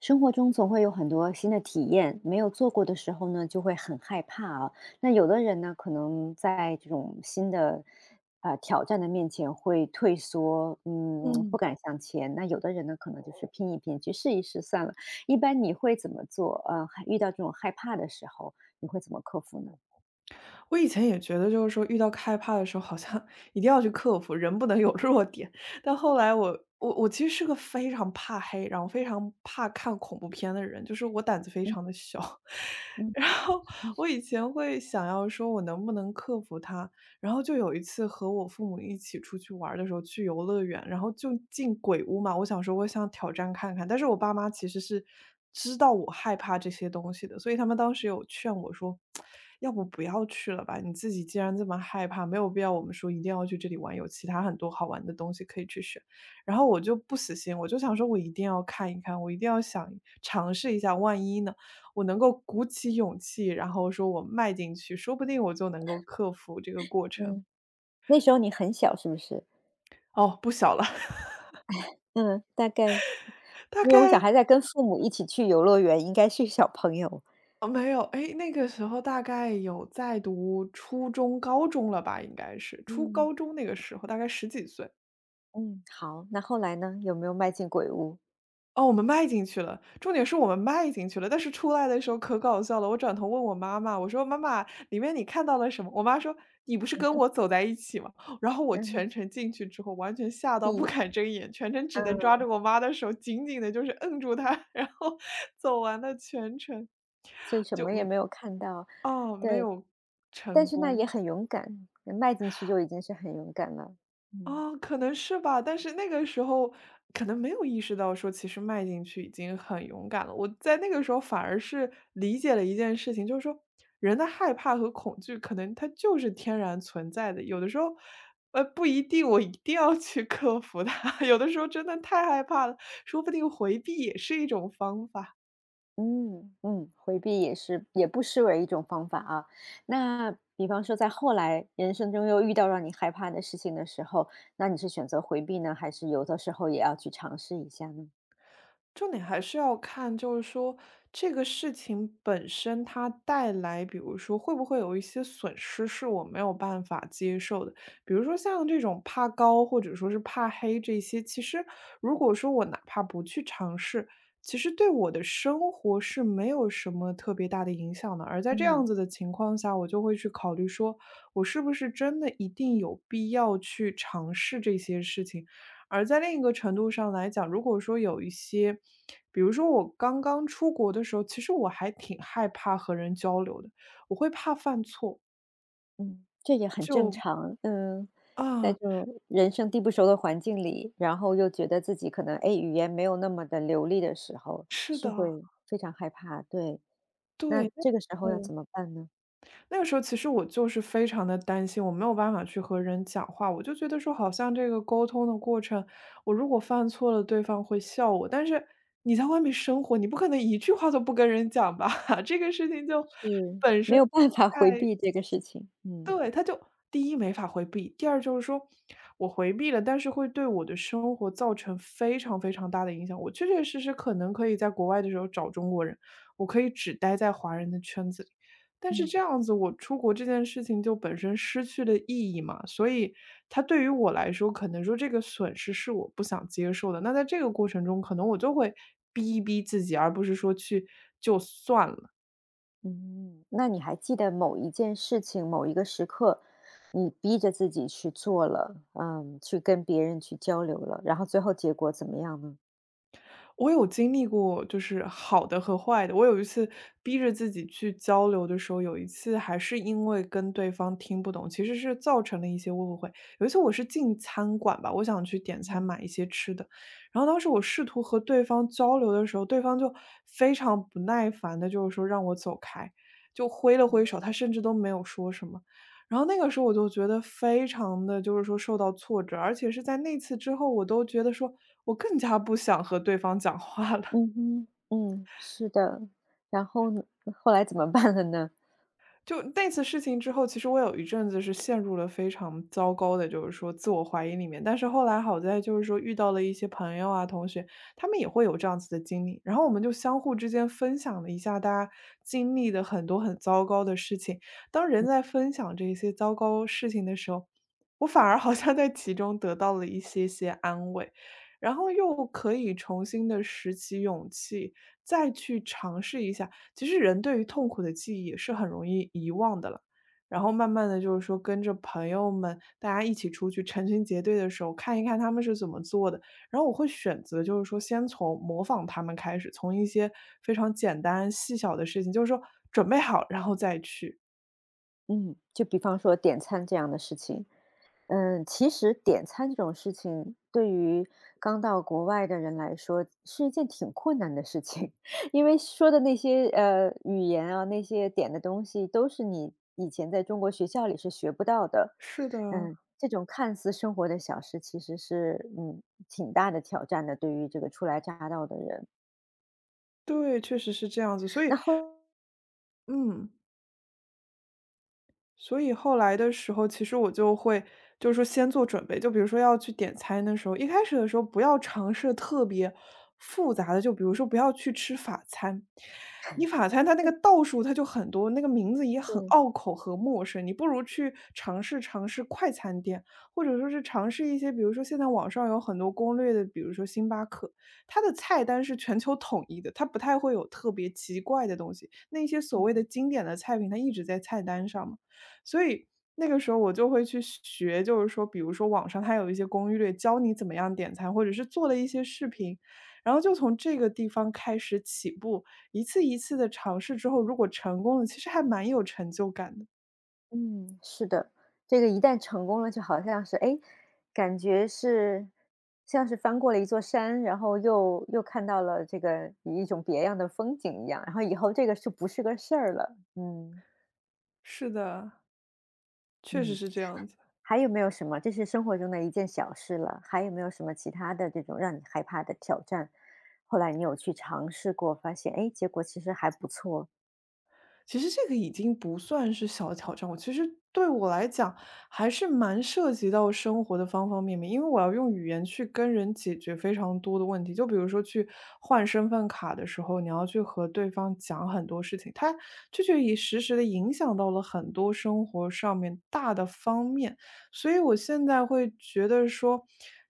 生活中总会有很多新的体验，没有做过的时候呢，就会很害怕啊。那有的人呢，可能在这种新的挑战的面前会退缩，嗯，嗯，不敢向前。那有的人呢，可能就是拼一拼，去试一试算了。一般你会怎么做？还遇到这种害怕的时候，你会怎么克服呢？我以前也觉得就是说遇到害怕的时候，好像 一定要去克服，人不能有弱点。但后来我其实是个非常怕黑，然后非常怕看恐怖片的人，就是我胆子非常的小。嗯然后我以前会想要说，我能不能克服它？然后就有一次和我父母一起出去玩儿的时候，去游乐园，然后就进鬼屋嘛，我想说我想挑战看看，但是我爸妈其实是知道我害怕这些东西的，所以他们当时有劝我说："要不不要去了吧，你自己既然这么害怕，没有必要我们说一定要去这里玩，有其他很多好玩的东西可以去选。"然后我就不死心，我就想说我一定要看一看，我一定要想尝试一下，万一呢？我能够鼓起勇气，然后说我迈进去，说不定我就能够克服这个过程。嗯，那时候你很小是不是？哦，不小了，嗯，大概因大为我想概还在跟父母一起去游乐园，应该是小朋友。哦，没有，诶，那个时候大概有在读初中、高中了吧，应该是，初嗯高中那个时候，大概十几岁。嗯，好，那后来呢？有没有迈进鬼屋？哦，我们迈进去了，重点是我们迈进去了，但是出来的时候可搞笑了。我转头问我妈妈，我说："妈妈，里面你看到了什么？"我妈说："你不是跟我走在一起吗？"然后我嗯哼，全程进去之后，完全吓闭到不眼，敢睁眼，全程只能抓着嗯，我妈的手，紧紧的就是摁住她，然后走完了全程。所以什么也没有看到，哦，没对。有但成是那也功。很勇敢，迈进去就已经是很勇敢了。嗯哦，可能是吧，但是那个时候可能没有意识到说其实迈进去已经很勇敢了。我在那个时候反而是理解了一件事情，就是说人的害怕和恐惧可能它就是天然存在的，有的时候，不一定我一定要去克服它，有的时候真的太害怕了，说不定回避也是一种方法。嗯嗯，回避也是也不失为一种方法啊。那比方说在后来人生中又遇到让你害怕的事情的时候，那你是选择回避呢，还是有的时候也要去尝试一下呢？重点还是要看，就是说这个事情本身它带来，比如说会不会有一些损失是我没有办法接受的。比如说像这种怕高或者说是怕黑这些，其实如果说我哪怕不去尝试，其实对我的生活是没有什么特别大的影响的。而在这样嗯。子的情况下，我就会去考虑说，我是不是真的一定有必要去尝试这些事情。而在另一个程度上来讲，如果说有一些，比如说我刚刚出国的时候，其实我还挺害怕和人交流的，我会怕犯错。嗯，这也很正常。嗯，在啊，这种人生地不熟的环境里，然后又觉得自己可能，哎，语言没有那么的流利的时候，是是的，会非常害怕。对，对，那这个时候要嗯，怎么办呢？那个时候其实我就是非常的担心，我没有办法去和人讲话，我就觉得说好像这个沟通的过程，我如果犯错了，对方会笑我。但是你在外面生活，你不可能一句话都不跟人讲吧，这个事情就是本没身有办法回太避这个事情。嗯对，他就第一没法回避，第二就是说我回避了，但是会对我的生活造成非常非常大的影响。我确确实实可能可以在国外的时候找中国人，我可以只待在华人的圈子里，但是嗯这样子我出国这件事情就本身失去了意义嘛，所以它对于我来说，可能说这个损失是我不想接受的。那在这个过程中，可能我就会逼一逼自己，而不是说去就算了。嗯。那你还记得某一件事情、某一个时刻，你逼着自己去做了，嗯，去跟别人去交流了，然后最后结果怎么样呢？我有经历过，就是好的和坏的。我有一次逼着自己去交流的时候，有一次还是因为跟对方听不懂，其实是造成了一些误会。有一次我是进餐馆吧，我想去点餐买一些吃的，然后当时我试图和对方交流的时候，对方就非常不耐烦的，就是说让我走开，就挥了挥手，他甚至都没有说什么。然后那个时候我就觉得非常的就是说受到挫折，而且是在那次之后，我都觉得说我更加不想和对方讲话了。嗯哼，嗯，是的。然后呢后来怎么办了呢？就那次事情之后，其实我有一阵子是陷入了非常糟糕的，就是说自我怀疑里面。但是后来好在就是说遇到了一些朋友啊、同学，他们也会有这样子的经历，然后我们就相互之间分享了一下大家经历的很多很糟糕的事情。当人在分享这些糟糕事情的时候，我反而好像在其中得到了一些些安慰，然后又可以重新的拾起勇气，再去尝试一下。其实人对于痛苦的记忆是很容易遗忘的了。然后慢慢的就是说跟着朋友们，大家一起出去成群结队的时候，看一看他们是怎么做的。然后我会选择就是说先从模仿他们开始，从一些非常简单细小的事情，就是说准备好，然后再去。嗯，就比方说点餐这样的事情，嗯，其实点餐这种事情对于刚到国外的人来说是一件挺困难的事情，因为说的那些语言啊，那些点的东西都是你以前在中国学校里是学不到的。是的，嗯，这种看似生活的小事，其实是嗯挺大的挑战的，对于这个初来乍到的人。对，确实是这样子。所以然后嗯。所以后来的时候，其实我就会就是说先做准备，就比如说要去点餐的时候，一开始的时候不要尝试特别复杂的，就比如说不要去吃法餐，你法餐它那个道数它就很多，那个名字也很嗯。拗口和陌生，你不如去尝试尝试快餐店，或者说是尝试一些，比如说现在网上有很多攻略的，比如说星巴克，它的菜单是全球统一的，它不太会有特别奇怪的东西，那些所谓的经典的菜品，它一直在菜单上嘛。所以那个时候我就会去学，就是说，比如说网上它有一些攻略，教你怎么样点餐，或者是做了一些视频，然后就从这个地方开始起步，一次一次的尝试之后，如果成功了，其实还蛮有成就感的。嗯，是的，这个一旦成功了，就好像是，哎，诶感觉是像是翻过了一座山，然后又看到了这个一种别样的风景一样，然后以后这个就不是个事儿了。嗯是的，确实嗯，是这样子。还有没有什么？这是生活中的一件小事了，还有没有什么其他的这种让你害怕的挑战？后来你有去尝试过，发现，哎，诶结果其实还不错。其实这个已经不算是小的挑战，我其实对我来讲还是蛮涉及到生活的方方面面，因为我要用语言去跟人解决非常多的问题。就比如说去换身份卡的时候，你要去和对方讲很多事情，它这就也实时的影响到了很多生活上面大的方面。所以我现在会觉得说，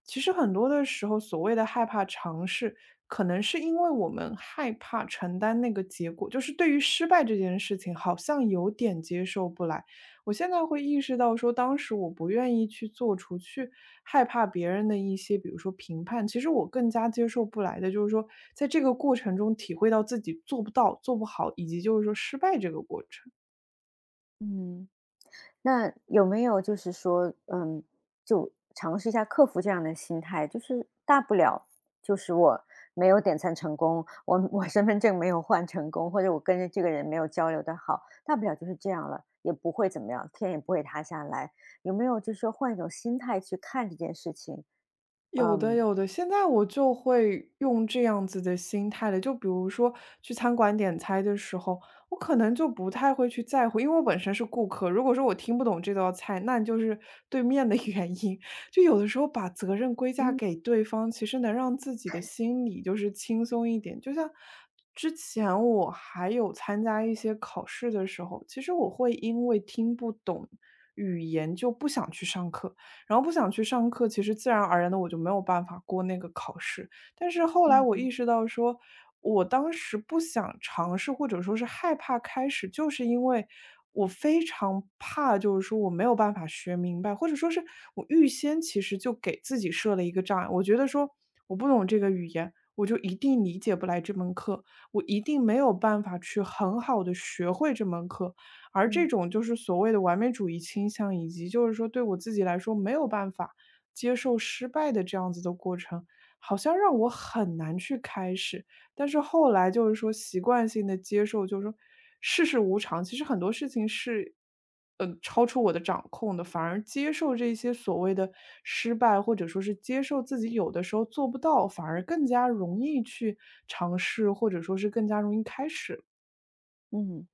其实很多的时候，所谓的害怕尝试，可能是因为我们害怕承担那个结果，就是对于失败这件事情，好像有点接受不来。我现在会意识到说，当时我不愿意去做出去，害怕别人的一些，比如说评判，其实我更加接受不来的，就是说在这个过程中体会到自己做不到、做不好，以及就是说失败这个过程。嗯。那有没有就是说，嗯，就尝试一下克服这样的心态，就是大不了就是我没有点餐成功，我身份证没有换成功，或者我跟着这个人没有交流的好，大不了就是这样了，也不会怎么样，天也不会塌下来。有没有就是说换一种心态去看这件事情？有的嗯有的，现在我就会用这样子的心态了。就比如说去餐馆点菜的时候，我可能就不太会去在乎，因为我本身是顾客。如果说我听不懂这道菜，那就是对面的 原因。就有的时候把责任归嫁嗯给对方，其实能让自己的心理就是轻松一点。就像之前我还有参加一些考试的时候，其实我会因为听不懂语言就不想去上课。然后不想去上课，其实自然而然的我就没有办法过那个考试。但是后来嗯我意嗯识到说，我当时不想尝试或者说是害怕开始，就是因为我非常怕，就是说我没有办法学明白，或者说是我预先其实就给自己设了一个障碍。我觉得说我不懂这个语言，我就一定理解不来这门课，我一定没有办法去很好的学会这门课。而这嗯。种就是所谓的完美主义倾向，以及就是说对我自己来说没有办法接受失败的这样子的过程，好像让我很难去开始。但是后来就是说习惯性的接受，就是说世事无常，其实很多事情是超出我的掌控的，反而接受这些所谓的失败，或者说是接受自己有的时候做不到，反而更加容易去尝试，或者说是更加容易开始。嗯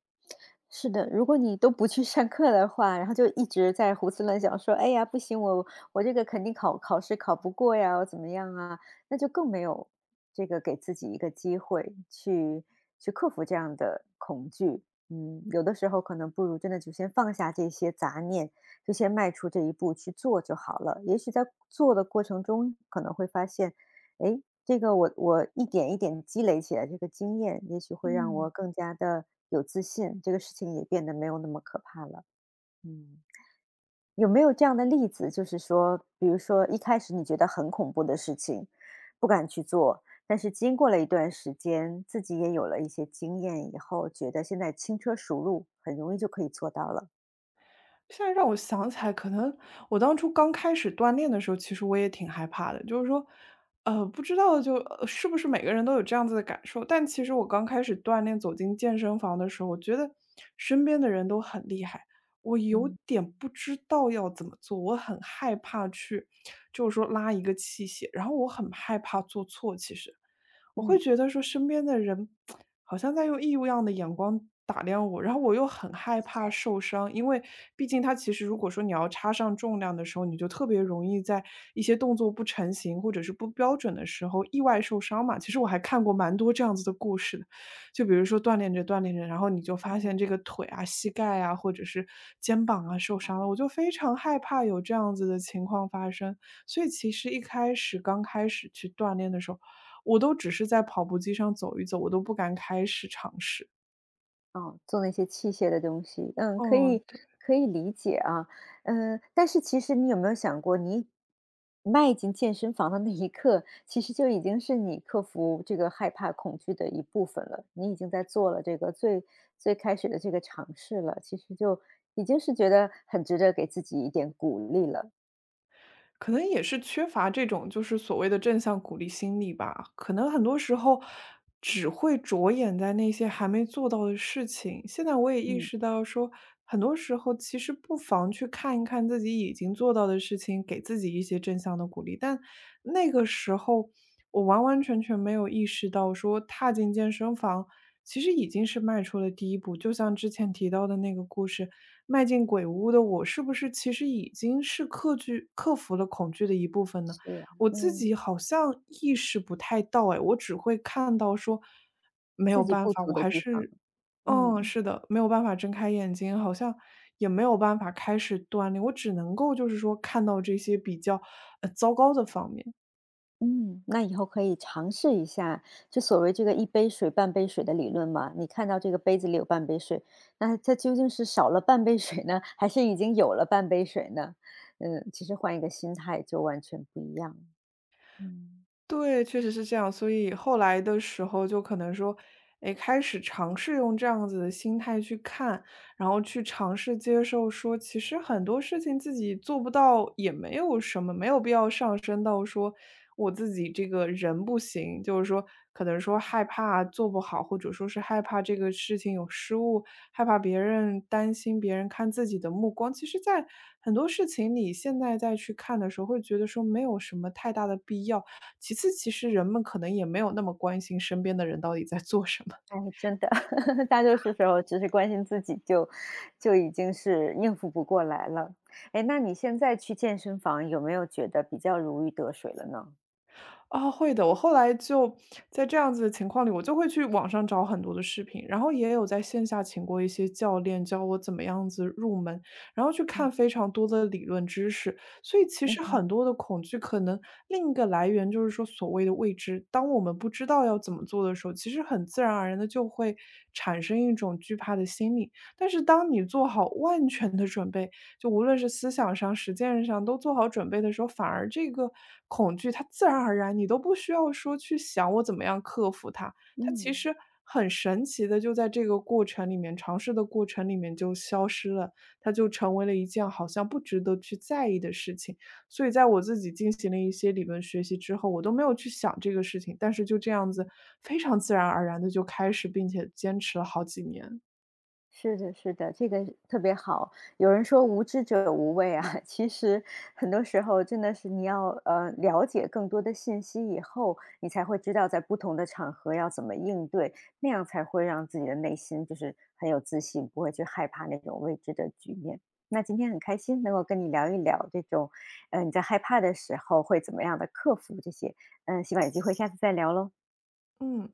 是的，如果你都不去上课的话，然后就一直在胡思乱想，说：“哎呀，不行，我这个肯定考试考不过呀，我怎么样啊？”那就更没有这个给自己一个机会去克服这样的恐惧。嗯，有的时候可能不如真的就先放下这些杂念，就先迈出这一步去做就好了。也许在做的过程中，可能会发现诶，这个我一点一点积累起来这个经验，也许会让我嗯。更加的有自信，这个事情也变得没有那么可怕了。嗯，有没有这样的例子，就是说，比如说一开始你觉得很恐怖的事情，不敢去做，但是经过了一段时间，自己也有了一些经验以后，觉得现在轻车熟路，很容易就可以做到了。现在让我想起来，可能我当初刚开始锻炼的时候，其实我也挺害怕的，就是说，不知道就，是不是每个人都有这样子的感受。但其实我刚开始锻炼走进健身房的时候，我觉得身边的人都很厉害，我有嗯。点不知道要怎么做，我很害怕去，就是说拉一个器械，然后我很害怕做错，其实。我会嗯，觉得说身边的人好像在用异样的眼光打量我，然后我又很害怕受伤，因为毕竟它其实如果说你要插上重量的时候，你就特别容易在一些动作不成型或者是不标准的时候意外受伤嘛。其实我还看过蛮多这样子的故事的，就比如说锻炼着锻炼着，然后你就发现这个腿啊、膝盖啊或者是肩膀啊受伤了，我就非常害怕有这样子的情况发生。所以其实一开始刚开始去锻炼的时候。我都只是在跑步机上走一走，我都不敢开始尝试。哦，做那些器械的东西，嗯，可嗯，以对。可以理解啊，嗯，但是其实你有没有想过，你迈进健身房的那一刻，其实就已经是你克服这个害怕、恐惧的一部分了。你已经在做了这个最开始的这个尝试了，其实就已经是觉得很值得给自己一点鼓励了。可能也是缺乏这种就是所谓的正向鼓励心理吧，可能很多时候只会着眼在那些还没做到的事情。现在我也意嗯，识到说，很多时候其实不妨去看一看自己已经做到的事情，给自己一些正向的鼓励。但那个时候我完完全全没有意识到说踏进健身房其实已经是迈出了第一步。就像之前提到的那个故事，迈进鬼屋的我，是不是其实已经是克惧克服了恐惧的一部分呢？是啊我自嗯，己好像意识不太到，哎，我只会看到说没有自己办不法，我足的还地方，是嗯，嗯。是的，没有办法睁开眼睛，好像也没有办法开始锻炼，我只能够就是说看到这些比较糟糕的方面。嗯，那以后可以尝试一下，就所谓这个一杯水半杯水的理论嘛。你看到这个杯子里有半杯水，那它究竟是少了半杯水呢，还是已经有了半杯水呢？嗯，其实换一个心态就完全不一样。嗯，对，确实是这样。所以后来的时候，就可能说，哎，开始尝试用这样子的心态去看，然后去尝试接受说，其实很多事情自己做不到也没有什么，没有必要上升到说我自己这个人不行，就是说可能说害怕做不好，或者说是害怕这个事情有失误，害怕别人担心别人看自己的目光。其实，在很多事情你现在再去看的时候，会觉得说没有什么太大的必要。其次，其实人们可能也没有那么关心身边的人到底在做什么。哎，真的，大多数时候只是关心自己就，就已经是应付不过来了。哎，那你现在去健身房有没有觉得比较如鱼得水了呢？啊，会的，我后来就在这样子的情况里，我就会去网上找很多的视频，然后也有在线下请过一些教练教我怎么样子入门，然后去看嗯非常多的理论知识。所以其嗯实哼很多的恐惧可能另一个来源就是说所谓的未知，当我们不知道要怎么做的时候，其实很自然而然的就会产生一种惧怕的心理。但是当你做好万全的准备，就无论是思想上、实践上都做好准备的时候，反而这个恐惧它自然而然，你都不需要说去想我怎么样克服它，它其嗯。实很神奇的就在这个过程里面，尝试的过程里面就消失了，它就成为了一件好像不值得去在意的事情。所以在我自己进行了一些理论学习之后，我都没有去想这个事情，但是就这样子非常自然而然的就开始，并且坚持了好几年。是的，是的，这个特别好。有人说无知者无畏啊，其实很多时候真的是你要了解更多的信息以后，你才会知道在不同的场合要怎么应对，那样才会让自己的内心就是很有自信，不会去害怕那种未知的局面。那今天很开心能够跟你聊一聊这种，呃，你在害怕的时候会怎么样的克服这些，嗯、希望有机会下次再聊喽。嗯。